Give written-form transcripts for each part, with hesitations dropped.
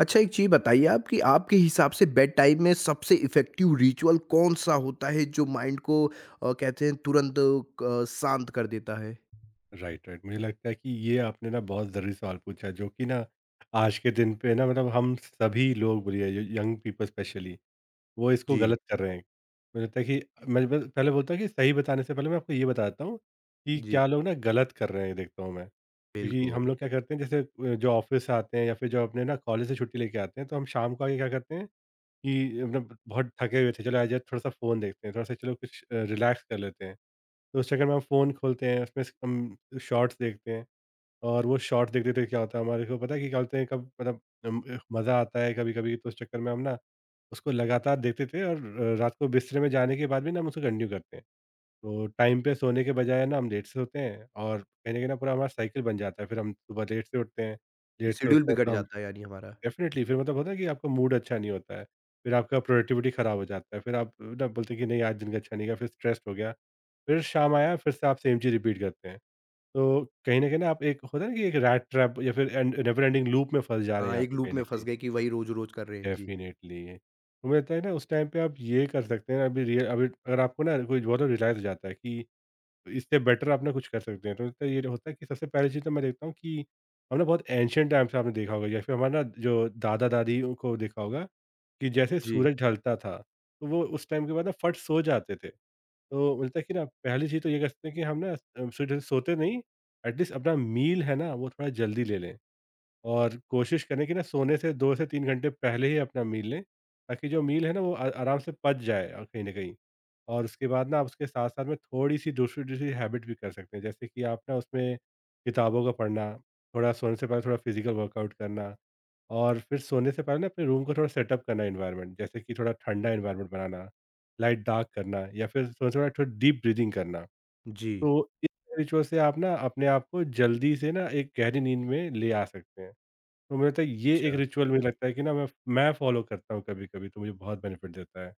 अच्छा, एक चीज़ बताइए आप कि आपके हिसाब से बेड टाइम में सबसे इफ़ेक्टिव रिचुअल कौन-सा होता है जो माइंड को कहते हैं तुरंत क शांत कर देता है? राइट, राइट, मुझे लगता है कि ये आपने ना बहुत ज़रूरी सवाल पूछा है, जो कि ना आज के दिन पे ना मतलब हम सभी लोग बोलिए, यंग पीपल स्पेशली वो इसको जी। गलत कर रहे हैं। मुझे लगता है कि मैं बस पहले बोलता हूँ कि सही बताने से पहले मैं आपको ये बताता हूँ कि जी, क्या लोग ना गलत कर रहे हैं, देखता हूँ मैं, क्योंकि हम बिल्कुल। लोग क्या करते हैं जैसे जो ऑफिस से आते हैं या फिर जो अपने ना कॉलेज से छुट्टी लेके आते हैं, तो हम शाम को आके क्या करते हैं कि मतलब बहुत थके हुए थे, चलो आज यार थोड़ा सा फ़ोन देखते हैं, थोड़ा सा चलो कुछ रिलैक्स कर लेते हैं। तो उस चक्कर में हम फ़ोन खोलते हैं, उसमें स हम शॉर्ट्स देखते हैं। और वो शॉर्ट्स देखते-देखते क्या होता है, हमारे को पता है कि क्या बोलते हैं कब मतलब मज़ा आता है कभी-कभी, तो उस चक्कर में हम ना उसको लगातार देखते थे और रात को बिस्तर में जाने के बाद भी ना हम उसको कंटिन्यू करते हैं। तो टाइम पे सोने के बजाय ना हम लेट से सोते हैं, और कहीं न कहीं ना पूरा हमारा साइकिल बन जाता है। फिर हम सुबह लेट से उठते हैं, लेट से शेड्यूल उठते हैं बिगड़ तो हम जाता है यानी हमारा। डेफ़िनिटली फिर मतलब होता है कि आपका मूड अच्छा नहीं होता है, फिर आपका प्रोडक्टिविटी ख़राब हो जाता है, फिर आप ना बोलते हैं कि नहीं आज दिन का अच्छा नहीं गया, फिर स्ट्रेस्ड हो गया। फिर शाम आया, फिर से आप सेम चीज़ रिपीट करते हैं। तो कहीं न कहीं ना आप एक होता है ना कि एक रैट ट्रैप या फिर एंड नेवर एंडिंग लूप में फँस जा रहे हैं हाँ, यहाँ एक पे, लूप कहीं में न फँस कहीं। गए कि वही रोज़-रोज़ कर रहे हैं। जी। डेफ़िनिटली। तो मुझे लगता है ना उस टाइम पे आप ये कर सकते हैं अभी, रिय अभी अगर आपको ना कोई बहुत रियलाइज़ हो जाता है कि इससे बेटर आप ना कुछ कर सकते हैं। तो मुझे लगता है ये होता है कि सबसे पहली चीज़ तो मैं देखता हूँ कि हम ना बहुत एंशिएंट टाइम से, आपने देखा होगा या फिर हमारे ना जो दादा-दादी को देखा होगा, कि जैसे जी। सूरज ढलता था, तो वो उस टाइम के बाद ना फट सो जाते थे। तो मिलता है कि ना पहली चीज़ तो ये कर सकते हैं कि हम ना जल्दी सोते नहीं, एटलीस्ट अपना मील है ना वो थोड़ा जल्दी ले लें। और कोशिश करें कि ना सोने से 2 से 3 घंटे पहले ही अपना मील लें, ताकि जो मील है ना वो आ आराम से पच जाए, कहीं न कहीं। और उसके बाद ना आप उसके साथ-साथ में थोड़ी-सी दूसरी-दूसरी हैबिट भी कर सकते हैं, जैसे कि आप ना उसमें किताबों का पढ़ना, थोड़ा सोने से पहले थोड़ा फ़िज़िकल वर्कआउट करना, और फिर सोने से पहले ना अपने रूम को थोड़ा सेटअप करना, एनवायरनमेंट जैसे कि थोड़ा ठंडा एनवायरनमेंट बनाना, लाइट डार्क करना, या फिर सोने से पहले थोड़ा डीप ब्रीथिंग करना। जी। तो इस रिचुअल से आप ना अपने आप को जल्दी से ना एक गहरी नींद में ले आ सकते हैं। तो मुझे लगता है ये एक अच्छा। रिचुअल, मुझे लगता है कि ना मैं फॉलो करता हूँ कभी-कभी, तो मुझे बहुत बेनिफिट देता है।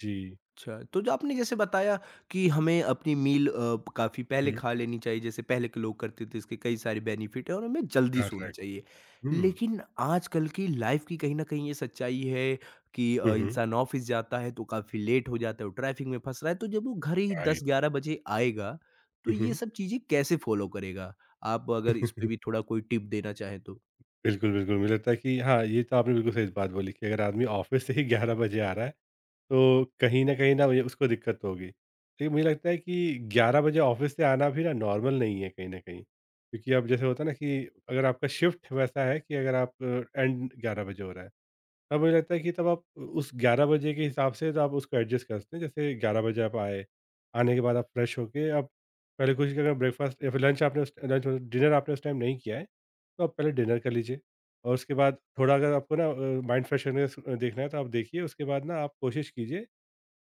जी। अच्छा, तो जो आपने जैसे बताया कि हमें अपनी मील काफ़ी पहले हुँ, खा लेनी चाहिए, जैसे पहले के लोग करते थे, इसके कई सारे बेनिफिट हैं और हमें जल्दी सोना करेक्ट। चाहिए। हुँ। लेकिन आजकल की लाइफ़ की कहीं न कहीं ये सच्चाई है कि हुँ, हुँ, इंसान ऑफ़िस जाता है तो काफ़ी लेट हो जाता है और ट्रैफ़िक में फँस रहा है, तो जब वो घर ही राइट। 10-11 बजे आएगा, तो ये हुँ, सब चीज़ें कैसे फ़ॉलो करेगा? आप अगर इस पे हुँ। भी थोड़ा कोई टिप देना चाहें तो? बिल्कुल, बिल्कुल। मुझे लगता है कि हाँ, ये तो आपने बिल्कुल सही बात बोली कि अगर आदमी ऑफ़िस से ही 11 बजे आ रहा है, तो कहीं न कहीं ना मुझे उसको दिक्कत होगी। लेकिन मुझे लगता है कि 11 बजे ऑफ़िस से आना भी ना नॉर्मल नहीं है, कहीं न कहीं। क्योंकि अब जैसे होता है ना कि अगर आपका शिफ्ट वैसा है कि अगर आप एंड 11 बजे हो रहा है, तब मुझे लगता है कि तब आप उस 11 बजे के हिसाब से तो आप उसको एडजस्ट कर सकते हैं। जैसे 11 बजे आप आए, आने के बाद आप फ्रेश होके आप पहले कोशिश करें, ब्रेकफ़ास्ट या फिर लंच, आपने उस लंच मतलब डिनर आपने उस टाइम नहीं किया है, तो आप पहले डिनर कर लीजिए। और उसके बाद थोड़ा अगर आपको ना माइंड फ्रेश होने का स देखना है, तो आप देखिए उसके बाद ना आप कोशिश कीजिए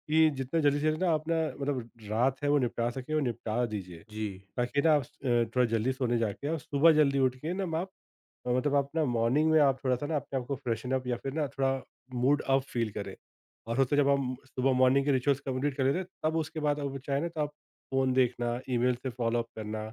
कि जितना जल्दी से ना अपना मतलब रात है वो निपटा सके वो निपटा दीजिए। जी। ताकि ना आप थोड़ा जल्दी सोने जाके और सुबह जल्दी उठ के ना आप मतलब आप ना मॉर्निंग में आप थोड़ा-सा ना अपने आप को फ्रेशन अप या फिर ना थोड़ा मूड अप फ़ील करें। और उससे जब हम सुबह मॉर्निंग के रिचुअल्स कंप्लीट कर लेते हैं, तब उसके बाद अब चाहे ना तो आप फ़ोन देखना, ईमेल से फ़ॉलो अप करना,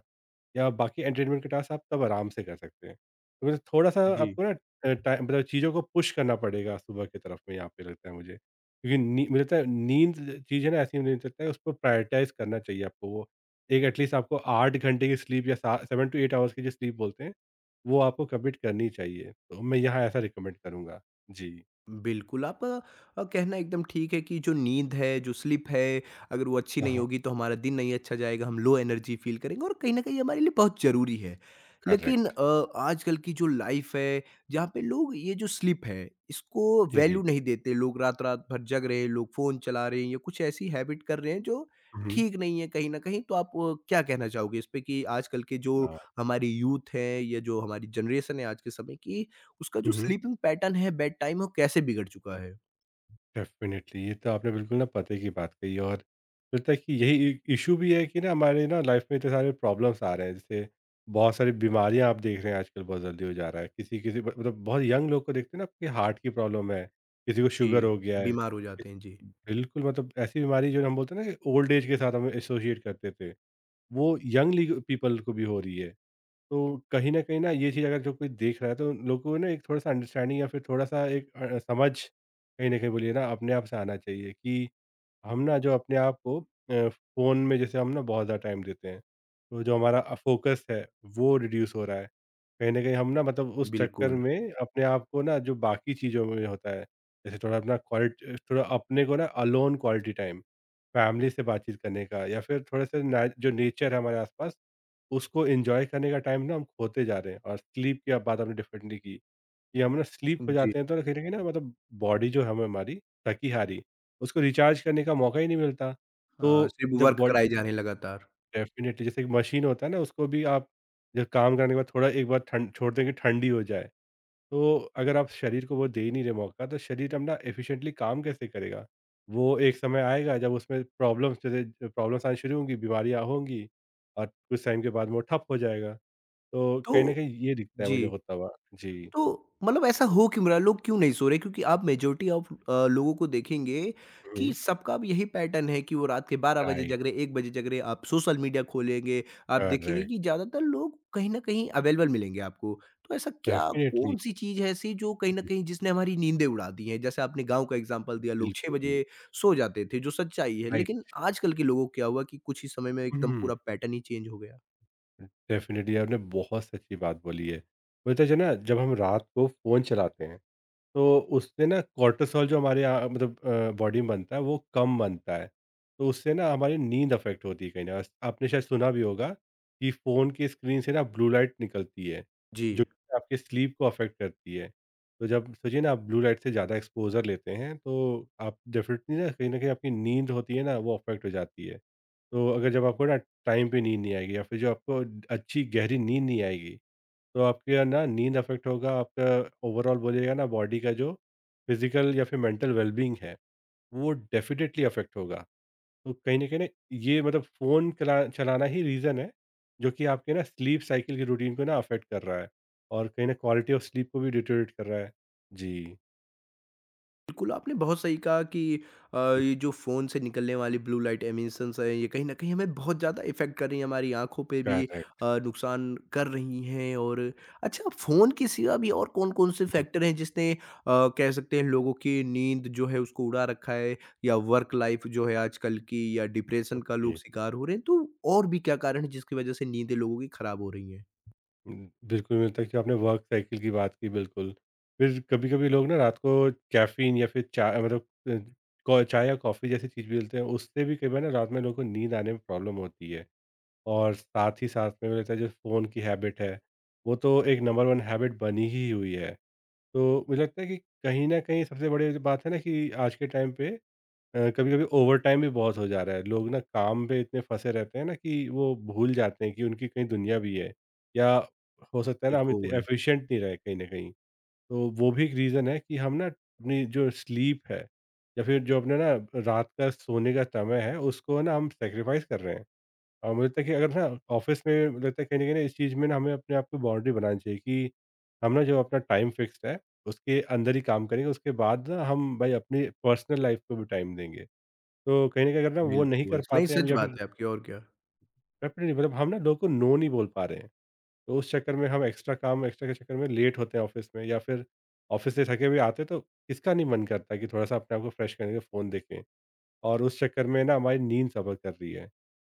या बाकी एंटरटेनमेंट के टास्क आप तब आराम से कर सकते हैं। तो मुझे थोड़ा-सा जी। आपको ना टाइम मतलब चीज़ों को पुश करना पड़ेगा सुबह की तरफ में, यहाँ पे लगता है मुझे। क्योंकि नी मुझे लगता है नींद चीज़ है ना ऐसी, मुझे लगता है उसको प्रायोरिटाइज़ करना चाहिए आपको वो। एक एटलीस्ट आपको 8 घंटे की स्लीप या सा 7 टू 8 आवर्स की जो स्लीप बोलते हैं, वो आपको कमिट करनी चाहिए। तो मैं यहाँ ऐसा रिकमेंड करूँगा। जी। बिल्कुल, आपका कहना एकदम ठीक है कि जो नींद है, जो स्लीप है, अगर वो अच्छी हाँ, नहीं हाँ। होगी तो हमारा दिन नहीं अच्छा जाएगा, हम लो एनर्जी फ़ील करेंगे और कहीं न कहीं हमारे लिए बहुत ज़रूरी है। लेकिन करेक्ट। आजकल की जो लाइफ़ है, जहाँ पे लोग ये जो स्लीप है, इसको जी, जी। वैल्यू नहीं देते। लोग रात-रात भर जग रहे हैं, लोग फ़ोन चला रहे हैं या कुछ ऐसी हैबिट कर रहे हैं जो हुँ, हुँ। ठीक नहीं है कहीं न कहीं। तो आप क्या कहना चाहोगे इस पे कि आजकल के जो हाँ। हमारी यूथ है या जो हमारी जनरेशन है आज के समय की उसका जो हुँ, हुँ। स्लीपिंग पैटर्न है, बेड टाइम, वो कैसे बिगड़ चुका है। डेफ़िनेटली, ये तो आपने बिल्कुल ना पते की बात कही, और लगता है कि यही इ इश्यू भी है कि ना हमारे ना लाइफ़ में इतने सारे प्रॉब्लम्स आ रहे हैं, जैसे बहुत सारी बीमारियाँ आप देख रहे हैं, आजकल बहुत जल्दी हो जा रहा है। किसी-किसी ब मतलब बहुत यंग लोग को देखते हैं ना कि हार्ट की प्रॉब्लम है, किसी को शुगर जी, हो गया है। बीमार हो किस जाते हैं। जी, बिल्कुल मतलब ऐसी बीमारी जो हम बोलते हैं ना कि ओल्ड एज के साथ हम एसोसिएट करते थे, वो यंग लीग पीपल को भी हो रही है। तो कहीं न कहीं ना ये चीज़ अगर जो कोई देख रहा है तो लोगों को ना एक थोड़ा-सा अंडरस्टैंडिंग या फिर थोड़ा-सा एक समझ कहीं न कहीं बोलिए ना अपने आप से आना चाहिए कि हम ना जो अपने आप को फ़ोन में जैसे हम ना बहुत ज़्यादा टाइम देते हैं। तो जो हमारा फ़ोकस है वो रिड्यूस हो रहा है। कहीं न कहीं हम ना मतलब उस चक्कर बिल्कुल। में अपने आप को ना जो बाकी चीज़ों में होता है, जैसे थोड़ा अपना क्वालिट थोड़ा अपने को ना अलोन क्वालिटी टाइम, फैमिली से बातचीत करने का, या फिर थोड़े-से ना जो नेचर है हमारे आसपास उसको एन्जॉय करने का टाइम ना हम खोते जा रहे हैं, और स्लीप की अब बात आपने डेफिनेटली की कि हम ना स्लीप हो जी, जाते हैं तो ना कहीं न कहीं ना मतलब बॉडी जो है हम हमारी थकी हारी, उसको रिचार्ज करने का मौका ही नहीं मिलता। हाँ, तो सिर्फ़ जब वर्क बॉडी कराए जा रहे हैं लगातार। डेफिनेटली जैसे एक मशीन होता है ना, उसको भी आप जब काम करने के बाद थोड़ा एक बार ठंड छोड़ देंगे ठंडी हो जाए, तो अगर आप शरीर को वो दे ही नहीं रहे मौका, तो शरीर अपना एफिशिएंटली काम कैसे करेगा? वो एक समय आएगा जब उसमें प्रॉब्लम्स जैसे प्रॉब्लम्स आनी शुरू होंगी, बीमारियाँ होंगी, और कुछ टाइम के बाद वो ठप हो जाएगा। तो तो कहीं न कहीं ये दिखता है जी। मुझे होता हुआ। जी। तो मतलब ऐसा हो क्यों रहा है? लोग क्यों नहीं सो रहे? क्योंकि आप मेजॉरिटी ऑफ लोगों को देखेंगे कि हुँ। सबका अब यही पैटर्न है कि वो रात के 12 बजे राइट, जग रहे, 1 बजे जग रहे। आप सोशल मीडिया खोलेंगे, आप देखेंगे कि करेक्ट, ज़्यादातर लोग कहीं न कहीं अवेलेबल मिलेंगे आपको। तो ऐसा क्या डेफ़िनिटली। कौन-सी चीज़ है ऐसी जो कहीं न हुँ, कहीं जिसने हमारी नींदें उड़ा दी हैं? जैसे आपने गाँव का एग्ज़ाम्पल दिया, लोग 6 बिल्कुल, बजे सो जाते थे, जो सच्चाई है। लेकिन राइट। आजकल के लोगों को क्या हुआ कि कुछ ही समय में एकदम हुँ, पूरा पैटर्न ही चेंज हो गया? डेफ़िनिटली आपने बहुत सच्ची बात बोली है। मुझे तो जो है ना जब हम रात को फ़ोन चलाते हैं तो उससे ना कोर्टिसोल जो हमारे यहाँ मतलब बॉडी में बनता है वो कम बनता है। तो उससे ना हमारी नींद अफ़ेक्ट होती है, कहीं न कहीं। आपने शायद सुना भी होगा कि फ़ोन की स्क्रीन से ना ब्लू लाइट निकलती है, जी। जो आपके स्लीप को अफ़ेक्ट करती है। तो जब सोचिए ना आप ब्लू लाइट से ज़्यादा एक्सपोज़र लेते हैं, तो आप डेफ़िनेटली ना कहीं न कहीं आपकी नींद होती है ना वो अफ़ेक्ट हो जाती है। तो अगर जब आपको ना टाइम पे नींद नहीं आएगी, या फिर जो आपको अच्छी गहरी नींद नहीं आएगी, तो आपके यहाँ ना नींद अफ़ेक्ट होगा, आपका ओवरऑल बोलिएगा ना बॉडी का जो फिज़िकल या फिर मेंटल वेलबीइंग है, वो डेफ़िनेटली अफ़ेक्ट होगा। तो कहीं न कहीं ना ये मतलब फ़ोन चलाना ही रीज़न है, जो कि आपके ना स्लीप साइकिल की रूटीन को ना अफ़ेक्ट कर रहा है, और कहीं न क्वालिटी ऑफ स्लीप को भी डिटेरियोरेट कर रहा है। जी, बिल्कुल, आपने बहुत सही कहा कि ये जो फ़ोन से निकलने वाली ब्लू लाइट एमिशंस है, ये कहीं न कहीं हमें बहुत ज़्यादा इफ़ेक्ट कर रही हैं, हमारी आँखों पे भी करेक्ट। नुकसान कर रही हैं और अच्छा फ़ोन के सिवा भी और कौन-कौन से हुँ, फैक्टर हैं जिसने कह सकते हैं लोगों की नींद जो है उसको उड़ा रखा है या वर्क लाइफ़ जो है आजकल की या डिप्रेशन का ओके। लोग शिकार हो रहे हैं, तो और भी क्या कारण है जिसकी वज़ह से नींदें लोगों की खराब हो रही हैं? हुँ, बिल्कुल, मुझे लगता है कि आपने वर्क साइकिल की बात की, बिल्कुल। फिर कभी-कभी लोग ना रात को कैफ़ीन या फिर चा मतलब अ, कॉ चाय या कॉफ़ी जैसी चीज़ भी लेते हैं, उससे भी कई बार ना रात में लोगों को नींद आने में प्रॉब्लम होती है। और साथ ही साथ में मुझे लगता है जो फ़ोन की हैबिट है, वो तो एक नंबर 1 हैबिट बनी ही हुई है। तो मुझे लगता है कि कहीं न कहीं सबसे बड़ी जो बात है ना कि आज के टाइम पे कभी कभी ओवरटाइम भी बहुत हो जा रहा है। लोग ना काम पे इतने फंसे रहते हैं ना कि वो भूल जाते हैं कि उनकी कहीं दुनिया भी है या हो सकता है ना हम इतने बिल्कुल, एफिशिएंट नहीं रहे कहीं ना कहीं। तो वो भी एक रीज़न है कि हम ना अपनी जो स्लीप है या फिर जो अपने ना रात का सोने का समय है उसको ना हम सेक्रीफाइस कर रहे हैं। और मुझे लगता है कि अगर ना ऑफिस में लगता है कहीं ना इस चीज़ में ना हमें अपने आप को बाउंड्री बनानी चाहिए कि हम ना जो अपना टाइम फिक्स्ड है उसके अंदर ही काम करेंगे, उसके बाद ना हम भाई अपनी पर्सनल लाइफ को भी टाइम देंगे। तो कहीं न कहीं अगर ना वो नहीं बिल्कुल। कर नहीं, पाते हम सच या बात फिर है आपकी और क्या। डेफ़िनिटली मतलब हम ना लोगों को नो नहीं बोल पा रहे हैं, तो उस चक्कर में हम एक्स्ट्रा काम एक्स्ट्रा के चक्कर में लेट होते हैं ऑफ़िस में या फिर ऑफ़िस से थके हुए आते हैं तो किसका नहीं मन करता है कि थोड़ा-सा अपने आप को फ्रेश करने के लिए फ़ोन देखें। और उस चक्कर में ना हमारी नींद सफ़र कर रही है।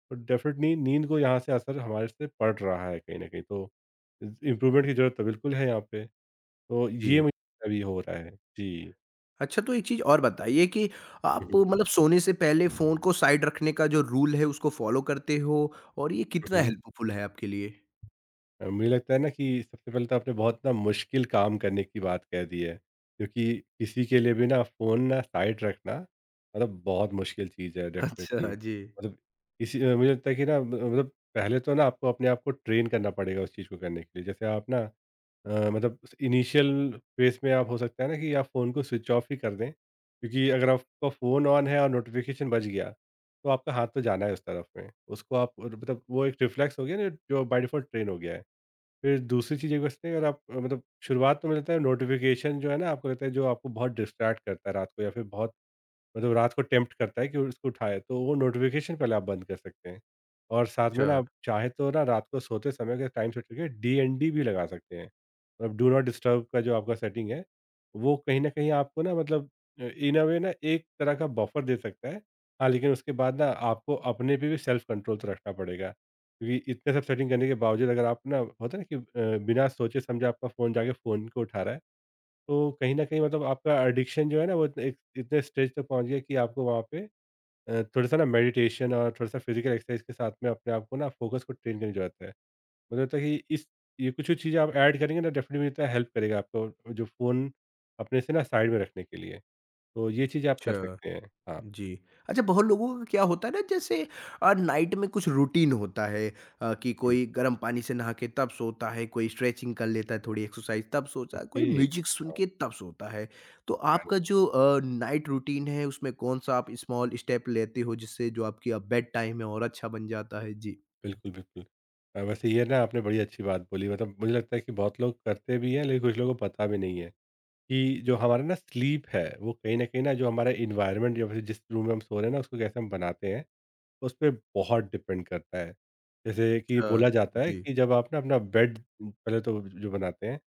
तो डेफ़िनिटली नींद को यहाँ से असर हमारे से पड़ रहा है कहीं न कहीं, तो इस इम्प्रूवमेंट की ज़रूरत तो बिल्कुल है यहाँ पे। तो ये जी। मुझे अभी हो रहा है। जी। अच्छा, तो एक चीज़ और बताइए कि हुँ, आप हुँ। मतलब सोने से पहले फ़ोन को साइड रखने का जो रूल है उसको फ़ॉलो करते हो और ये हुँ, कितना हुँ। हेल्पफुल है आपके लिए? मुझे लगता है ना कि सबसे पहले तो आपने बहुत ना मुश्किल काम करने की बात कह दी है, क्योंकि किसी के लिए भी ना फ़ोन ना साइड रखना मतलब बहुत मुश्किल चीज़ है डेफ़िनेटली। अच्छा, जी। मतलब इसी मुझे लगता है कि ना म मतलब पहले तो ना आपको अपने आप को ट्रेन करना पड़ेगा उस चीज़ को करने के लिए। जैसे आप ना मतलब इनिशियल फ़ेज़ में आप हो सकता है ना कि आप फ़ोन को स्विच ऑफ ही कर दें, क्योंकि अगर आपका फ़ोन ऑन है और नोटिफ़िकेशन बज गया, तो आपका हाथ तो जाना है उस तरफ में। उसको आप मतलब वो एक रिफ्लेक्स हो गया ना जो बाय डिफ़ॉल्ट ट्रेन हो गया है। फिर दूसरी चीज़ एक बचती है अगर आप मतलब शुरुआत तो मुझे लगता है नोटिफ़िकेशन जो है ना आपको लगता है जो आपको बहुत डिस्ट्रैक्ट करता है रात को या फिर बहुत मतलब रात को टेम्प्ट करता है कि उसको उठाए, तो वो नोटिफ़िकेशन पहले आप बंद कर सकते हैं। और साथ में अच्छा, ना आप चाहे तो ना रात को सोते समय का टाइम सेट करके डीएनडी भी लगा सकते हैं। मतलब डू नॉट डिस्टर्ब का जो आपका सेटिंग है, वो कहीं न कहीं आपको ना मतलब इन अ वे ना एक तरह का बफर दे सकता है। हाँ, लेकिन उसके बाद ना आपको अपने पे भी सेल्फ कंट्रोल तो रखना पड़ेगा। क्योंकि इतने सब सेटिंग करने के बावजूद अगर आप ना होता है ना कि बिना सोचे समझे आपका फ़ोन जाके फ़ोन को उठा रहा है, तो कहीं न कहीं मतलब आपका एडिक्शन जो है ना वो एक इतने स्टेज तक पहुँच गया कि आपको वहाँ पे थोड़ा-सा ना मेडिटेशन और थोड़ा-सा फिज़िकल एक्सरसाइज़ के साथ में अपने आप को ना फ़ोकस को ट्रेन करने की ज़रूरत है। मुझे लगता है कि इस ये कुछ-कुछ चीज़ें आप ऐड करेंगे ना डेफ़िनेटली मुझे लगता है हेल्प करेगा आपको जो फ़ोन अपने से ना साइड में रखने के लिए। तो ये चीज़ें आप कर अच्छा। सकते हैं। हाँ। जी। अच्छा, बहुत लोगों का क्या होता है ना, जैसे नाइट में कुछ रूटीन होता है कि हुँ, कोई गर्म पानी से नहा के तब सोता है, कोई स्ट्रेचिंग कर लेता है, थोड़ी एक्सरसाइज तब सोता है, कोई ओके। म्यूजिक सुन हाँ, के तब सोता है। तो ख़ैर आपका जो नाइट रूटीन है उसमें कौन-सा आप स्मॉल स्टेप लेते हो जिससे जो आपकी बेड टाइम है और अच्छा बन जाता है? जी। बिल्कुल, बिल्कुल। वैसे ये ना आपने बड़ी अच्छी बात बोली मतलब मुझे लगता है कि बहुत लोग करते भी हैं लेकिन कुछ लोगों को पता भी नहीं है कि जो हमारा ना स्लीप है वो कहीं न कहीं ना जो हमारा एनवायरनमेंट या फिर जिस रूम में हम सो रहे हैं ना उसको कैसे हम बनाते हैं, उस पे बहुत डिपेंड करता है। जैसे कि अच्छा, बोला जाता है जी। कि जब आप ना अपना बेड पहले तो जो बनाते हैं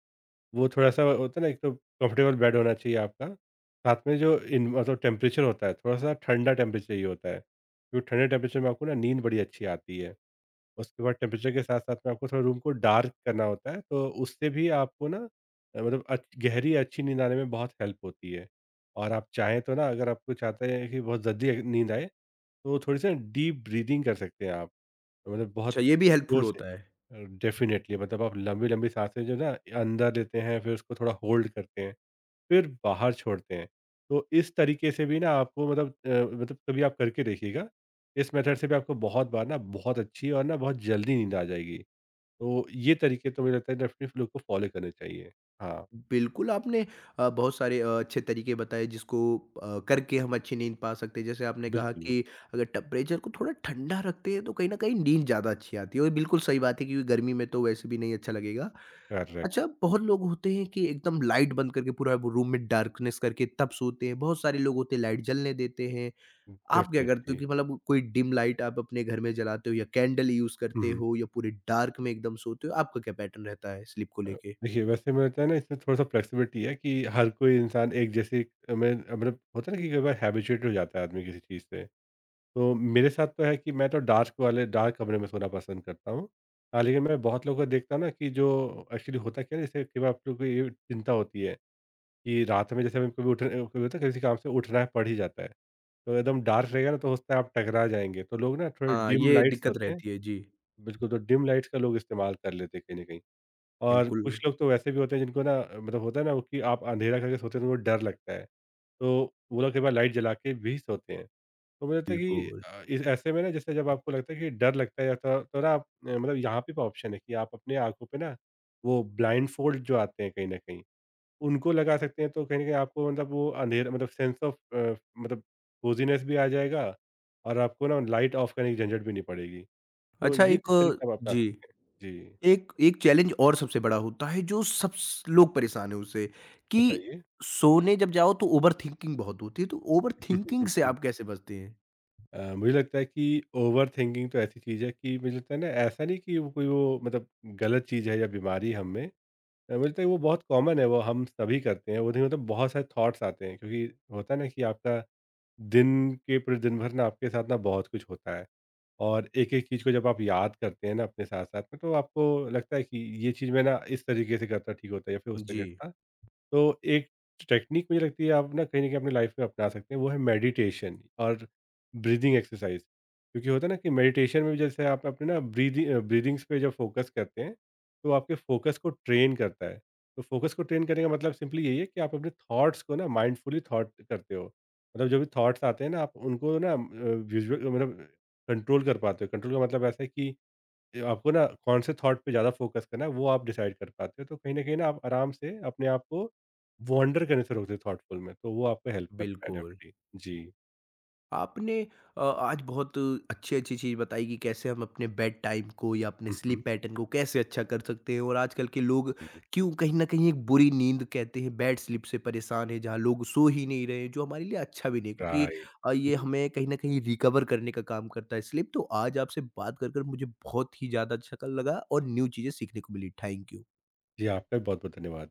वो थोड़ा-सा होता है ना, एक तो कंफर्टेबल बेड होना चाहिए आपका, साथ में जो इन मतलब टेम्परेचर होता है थोड़ा-सा ठंडा टेम्परेचर चाहिए होता है, क्योंकि ठंडे टेम्परेचर में आपको ना नींद बड़ी अच्छी आती है। उसके बाद टेम्परेचर के साथ साथ में आपको थोड़ा रूम को डार्क करना होता है, तो उससे भी आपको ना मतलब गहरी अच्छी नींद आने में बहुत हेल्प होती है। और आप चाहें तो ना अगर आपको चाहते हैं कि बहुत जल्दी नींद आए तो थोड़ी सी डीप ब्रीदिंग कर सकते हैं आप। मतलब बहुत अच्छा, ये भी हेल्पफुल जोर से होता है। डेफिनेटली मतलब आप लंबी लंबी सांसें जो ना अंदर लेते हैं फिर उसको थोड़ा होल्ड करते हैं, फिर बाहर छोड़ते हैं। तो इस तरीके से भी ना आपको मतलब मतलब कभी आप करके देखिएगा। इस मेथड से भी आपको बहुत बार ना बहुत अच्छी और ना बहुत जल्दी नींद आ जाएगी। तो ये तरीके तो मुझे लगता है डेफिनिटली लोग को फ़ॉलो करने चाहिए। हाँ, बिल्कुल, आपने बहुत सारे अच्छे तरीके बताए जिसको करके हम अच्छी नींद पा सकते हैं। जैसे आपने कहा बिल्कुल, कि अगर टेम्परेचर को थोड़ा ठंडा रखते हैं तो कहीं न कहीं नींद ज़्यादा अच्छी आती है और बिल्कुल सही बात है क्योंकि गर्मी में तो वैसे भी नहीं अच्छा लगेगा। करेक्ट, अच्छा, बहुत लोग होते हैं कि एकदम लाइट बंद करके पूरा वो रूम में डार्कनेस करके तब सोते हैं। बहुत सारे लोग होते हैं लाइट जलने देते हैं। आप क्या करते हो डेफिनिटली। कि मतलब कोई डिम लाइट आप अपने घर में जलाते हो या कैंडल यूज़ करते हुँ, हो या पूरे डार्क में एकदम सोते हो? आपका क्या पैटर्न रहता है स्लीप को अ, लेके? देखिए वैसे मुझे लगता है ना इसमें थोड़ा-सा फ्लेक्सिबिलिटी है कि हर कोई इंसान एक जैसे में मतलब होता है ना कि कई बार हैबिचुएट हो जाता है आदमी किसी चीज़ से। तो मेरे साथ तो है कि मैं तो डार्क वाले डार्क कमरे में सोना पसंद करता हूँ। हाँ, लेकिन मैं बहुत लोगों को देखता हूँ ना कि जो एक्चुअली होता क्या है जैसे कई बार आप लोगों को ये चिंता होती है कि रात में जैसे हमें कभी होता है किसी काम से उठना है पड़ ही जाता है। तो एकदम डार्क रहेगा ना तो हो सकता है आप टकरा जाएँगे। तो लोग ना थोड़े हाँ, डिम ये लाइट्स दिक्कत होते हैं। रहती है। जी। बिल्कुल, तो डिम लाइट्स का लोग इस्तेमाल कर लेते हैं कहीं न कहीं। और बिल्कुल, कुछ लोग तो वैसे भी होते हैं जिनको ना मतलब होता है ना वो कि आप अंधेरा करके सोते हैं तो उनको डर लगता है। तो वो लोग कई बार लाइट जला के भी सोते हैं। तो मुझे लगता है कि बिल्कुल। इस ऐसे में ना जैसे जब आपको लगता है कि डर लगता है या तो ना आप मतलब यहाँ पे भी ऑप्शन है कि आप अपने आँखों पे ना वो ब्लाइंड फोल्ड जो आते हैं कहीं न कहीं, उनको लगा सकते हैं तो कहीं न कहीं आपको मतलब वो अंधेरा मतलब सेंस ऑफ मतलब कोज़ीनेस भी आ जाएगा और आपको ना लाइट ऑफ करने की झंझट भी नहीं पड़ेगी। तो अच्छा ये एक कुछ अ, तरीके आप अपना जी, सकते हैं। जी, एक एक चैलेंज और सबसे बड़ा होता है जो सब स लोग परेशान हैं उससे कि बताइए? सोने जब जाओ तो ओवरथिंकिंग बहुत होती है, तो ओवरथिंकिंग से आप कैसे बचते हैं? मुझे लगता है कि ओवरथिंकिंग तो ऐसी चीज़ है कि मुझे लगता है ना ऐसा नहीं कि वो कोई वो मतलब गलत चीज़ है या बीमारी है हम में। मुझे लगता है वो बहुत कॉमन है, वो हम सभी करते हैं। वो देखिए मतलब बहुत सारे थॉट्स आते हैं क्योंकि होता है ना कि आपका दिन के पूरे दिन भर ना आपके साथ ना बहुत कुछ होता है। और एक-एक चीज़ को जब आप याद करते हैं ना अपने साथ-साथ में तो आपको लगता है कि ये चीज़ मैं ना इस तरीके से करता ठीक होता है या फिर उस जी, तरीके से था। तो एक टेक्निक मुझे लगती है आप ना कहीं न कहीं अपनी लाइफ में अपना सकते हैं, वो है मेडिटेशन और ब्रीदिंग एक्सरसाइज़। क्योंकि होता है ना कि मेडिटेशन में भी जैसे आप अपने ना ब्रीदिंग्स पे जब फ़ोकस करते हैं, तो आपके फ़ोकस को ट्रेन करता है। तो फ़ोकस को ट्रेन करने का मतलब सिंपली यही है कि आप अपने थॉट्स को ना माइंडफुली थॉट करते हो। मतलब जो भी थॉट्स आते हैं ना, आप उनको ना विज़ुअल मतलब कंट्रोल कर पाते हो। कंट्रोल का मतलब ऐसा है कि ये आपको ना कौन से थॉट पे ज़्यादा फ़ोकस करना है वो आप डिसाइड कर पाते हो, तो कहीं न कहीं ना आप आराम से अपने आप को वॉन्डर करने से रोकते हो थॉटफुल में, तो वो आपको हेल्प करता है बिल्कुल। डेफ़िनिटली। जी। आपने आज बहुत अच्छी-अच्छी चीज़ बताई कि कैसे हम अपने बेड टाइम को या अपने हुँ, हुँ। स्लीप पैटर्न को कैसे अच्छा कर सकते हैं और आजकल के लोग जी, क्यों कहीं न कहीं एक बुरी नींद कहते हैं बैड स्लीप से परेशान हैं, जहाँ लोग सो ही नहीं रहे हैं, जो हमारे लिए अच्छा भी नहीं है क्योंकि राइट। ये हुँ, हमें कहीं न कहीं रिकवर करने का काम करता है स्लीप। तो आज आपसे बात कर मुझे बहुत ही ज़्यादा अच्छा कल लगा और न्यू चीज़ें सीखने को मिली। Thank you. जी आपका भी बहुत-बहुत धन्यवाद।